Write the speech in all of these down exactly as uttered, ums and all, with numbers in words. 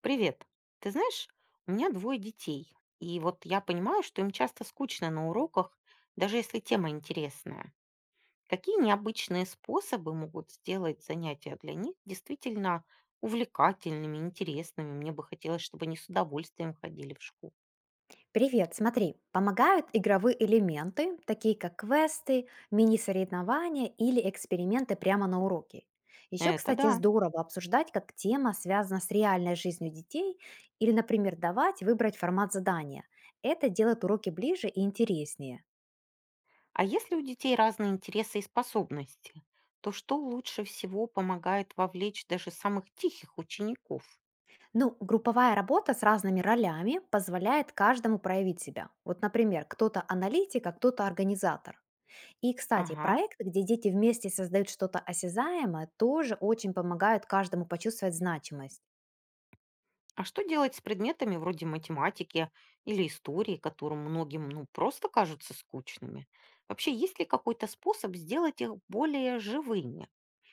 Привет. Ты знаешь, у меня двое детей, и вот я понимаю, что им часто скучно на уроках, даже если тема интересная. Какие необычные способы могут сделать занятия для них действительно увлекательными, интересными? Мне бы хотелось, чтобы они с удовольствием ходили в школу. Привет, смотри, помогают игровые элементы, такие как квесты, мини-соревнования или эксперименты прямо на уроке. Еще, Это кстати, да. здорово обсуждать, как тема связана с реальной жизнью детей или, например, давать выбрать формат задания. Это делает уроки ближе и интереснее. А если у детей разные интересы и способности, то что лучше всего помогает вовлечь даже самых тихих учеников? Ну, групповая работа с разными ролями позволяет каждому проявить себя. Вот, например, кто-то аналитик, а кто-то организатор. И, кстати, Ага. проекты, где дети вместе создают что-то осязаемое, тоже очень помогают каждому почувствовать значимость. А что делать с предметами вроде математики или истории, которым многим ну, просто кажутся скучными? Вообще, есть ли какой-то способ сделать их более живыми?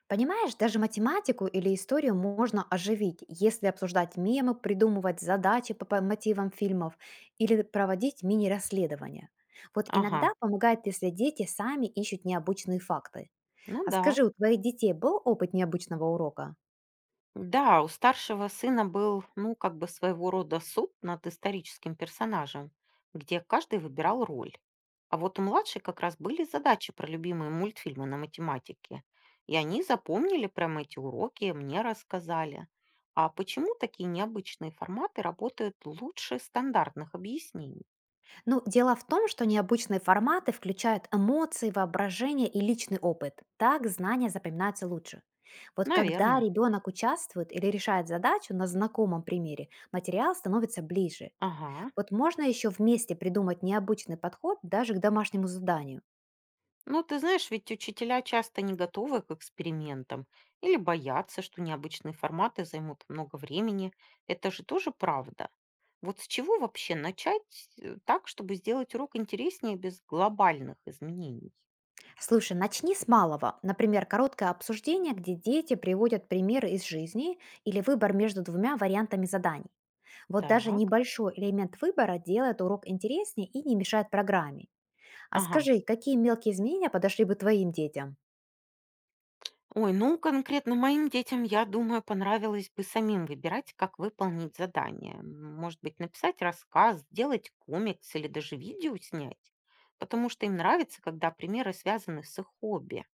Понимаешь, даже математику или историю можно оживить, если обсуждать мемы, придумывать задачи по по мотивам фильмов или проводить мини-расследования. Вот Ага, иногда помогает, если дети сами ищут необычные факты. ну А да. скажи, у твоих детей был опыт необычного урока? Да, у старшего сына был, ну, как бы своего рода суд над историческим персонажем, где каждый выбирал роль. А вот у младшей как раз были задачи про любимые мультфильмы на математике. И они запомнили прямо эти уроки, мне рассказали. А почему такие необычные форматы работают лучше стандартных объяснений? Ну, дело в том, что необычные форматы включают эмоции, воображение и личный опыт. Так знания запоминаются лучше. Вот когда Наверное. ребенок участвует или решает задачу на знакомом примере, материал становится ближе. Ага. Вот можно еще вместе придумать необычный подход даже к домашнему заданию. Ну, ты знаешь, ведь учителя часто не готовы к экспериментам или боятся, что необычные форматы займут много времени. Это же тоже правда. Вот с чего вообще начать э, так, чтобы сделать урок интереснее без глобальных изменений? Слушай, начни с малого. Например, короткое обсуждение, где дети приводят примеры из жизни или выбор между двумя вариантами заданий. Вот даже Так, небольшой элемент выбора делает урок интереснее и не мешает программе. А ага. скажи, какие мелкие изменения подошли бы твоим детям? Ой, ну конкретно моим детям, я думаю, понравилось бы самим выбирать, как выполнить задание. М, может быть, написать рассказ, сделать комикс или даже видео снять. Потому что им нравится, когда примеры связаны с их хобби.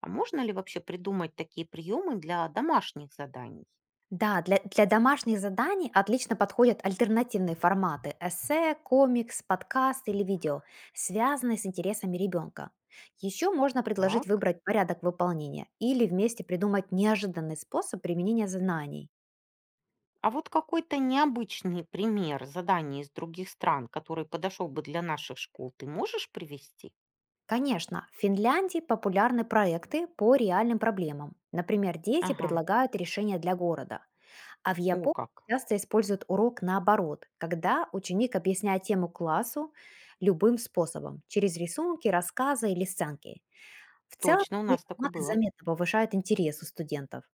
А можно ли вообще придумать такие приемы для домашних заданий? Да, для, для домашних заданий отлично подходят альтернативные форматы — эссе, комикс, подкаст или видео, связанные с интересами ребенка. Еще можно предложить Так. выбрать порядок выполнения или вместе придумать неожиданный способ применения знаний. А вот какой-то необычный пример заданий из других стран, который подошел бы для наших школ, ты можешь привести? Конечно, в Финляндии популярны проекты по реальным проблемам. Например, дети Ага, предлагают решения для города. А в о Японии как. часто используют урок наоборот, когда ученик объясняет тему классу любым способом, через рисунки, рассказы или сценки. В целом, Точно, у такие нас такое форматы было. заметно повышают интерес у студентов.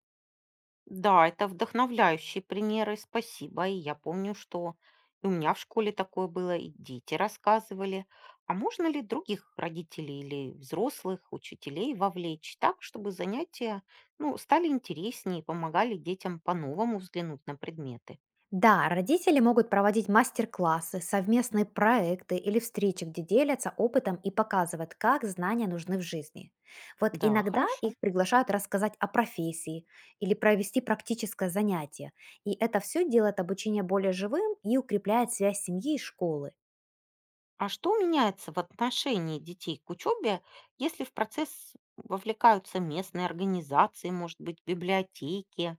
Да, это вдохновляющие примеры, спасибо. И я помню, что и у меня в школе такое было, и дети рассказывали. А можно ли других родителей или взрослых, учителей вовлечь так, чтобы занятия ну, стали интереснее и помогали детям по-новому взглянуть на предметы? Да, родители могут проводить мастер-классы, совместные проекты или встречи, где делятся опытом и показывают, как знания нужны в жизни. Вот Да, иногда хорошо. их приглашают рассказать о профессии или провести практическое занятие, и это все делает обучение более живым и укрепляет связь семьи и школы. А что меняется в отношении детей к учебе, если в процесс вовлекаются местные организации, может быть, библиотеки?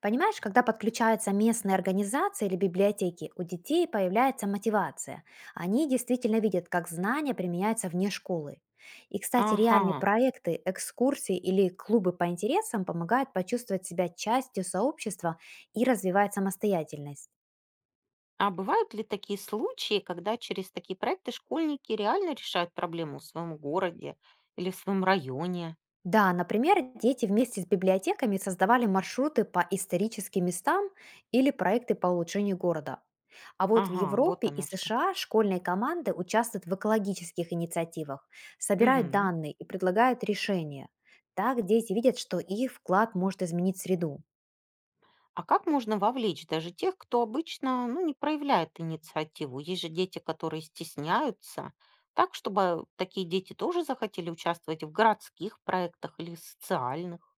Понимаешь, когда подключаются местные организации или библиотеки, у детей появляется мотивация. Они действительно видят, как знания применяются вне школы. И, кстати, реальные Ага. проекты, экскурсии или клубы по интересам помогают почувствовать себя частью сообщества и развивать самостоятельность. А бывают ли такие случаи, когда через такие проекты школьники реально решают проблему в своем городе или в своем районе? Да, например, дети вместе с библиотеками создавали маршруты по историческим местам или проекты по улучшению города. А вот в Ага, Европе вот и оно что. С Ш А школьные команды участвуют в экологических инициативах, собирают Мгм. данные и предлагают решения. Так дети видят, что их вклад может изменить среду. А как можно вовлечь даже тех, кто обычно ну, не проявляет инициативу? Есть же дети, которые стесняются. Так, чтобы такие дети тоже захотели участвовать в городских проектах или социальных.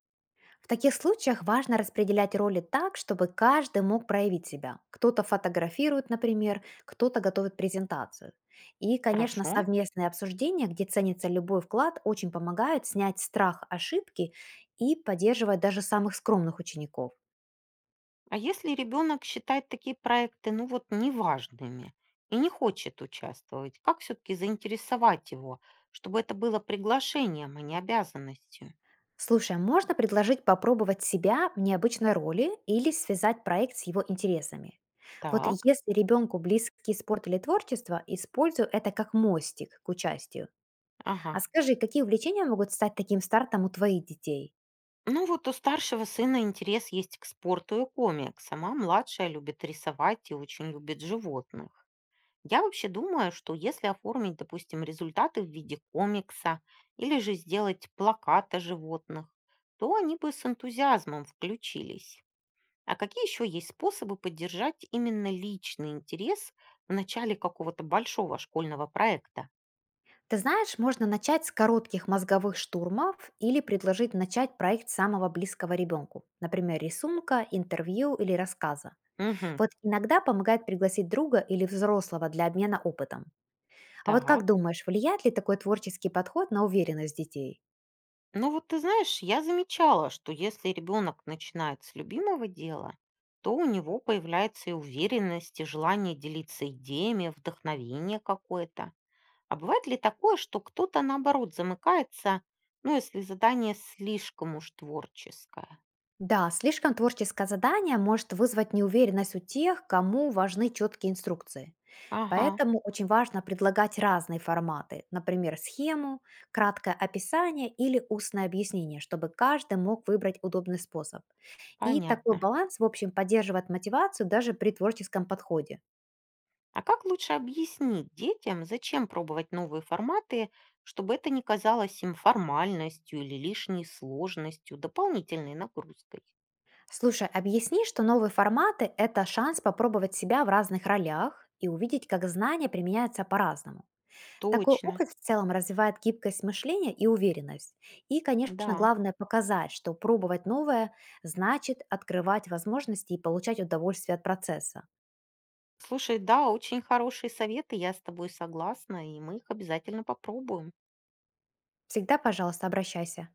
В таких случаях важно распределять роли так, чтобы каждый мог проявить себя. Кто-то фотографирует, например, кто-то готовит презентацию. И, конечно, Хорошо. совместные обсуждения, где ценится любой вклад, очень помогают снять страх ошибки и поддерживать даже самых скромных учеников. А если ребенок считает такие проекты, ну вот, неважными и не хочет участвовать, как все-таки заинтересовать его, чтобы это было приглашением, а не обязанностью? Слушай, а можно предложить попробовать себя в необычной роли или связать проект с его интересами? Вот Так, если ребенку близки спорт или творчество, использую это как мостик к участию. А ага. скажи, какие увлечения могут стать таким стартом у твоих детей? Ну вот у старшего сына интерес есть к спорту и комиксам, а младшая любит рисовать и очень любит животных. Я вообще думаю, что если оформить, допустим, результаты в виде комикса или же сделать плакаты животных, то они бы с энтузиазмом включились. А какие еще есть способы поддержать именно личный интерес в начале какого-то большого школьного проекта? Ты знаешь, можно начать с коротких мозговых штурмов или предложить начать проект самого близкого ребенку, например, рисунка, интервью или рассказа. Мгм. Вот иногда помогает пригласить друга или взрослого для обмена опытом. А вот как Так. думаешь, влияет ли такой творческий подход на уверенность детей? Ну вот ты знаешь, я замечала, что если ребенок начинает с любимого дела, то у него появляется и уверенность, и желание делиться идеями, вдохновение какое-то. А бывает ли такое, что кто-то наоборот замыкается, ну если задание слишком уж творческое? Да, слишком творческое задание может вызвать неуверенность у тех, кому важны четкие инструкции. Ага, Поэтому очень важно предлагать разные форматы, например, схему, краткое описание или устное объяснение, чтобы каждый мог выбрать удобный способ. И такой понятно. баланс, в общем, поддерживает мотивацию даже при творческом подходе. А как лучше объяснить детям, зачем пробовать новые форматы, чтобы это не казалось им формальностью или лишней сложностью, дополнительной нагрузкой? Слушай, объясни, что новые форматы — это шанс попробовать себя в разных ролях и увидеть, как знания применяются по-разному. Такой Точно, опыт в целом развивает гибкость мышления и уверенность. И, конечно, да. главное показать, что пробовать новое значит открывать возможности и получать удовольствие от процесса. Слушай, да, очень хорошие советы, я с тобой согласна, и мы их обязательно попробуем. Всегда, пожалуйста, обращайся.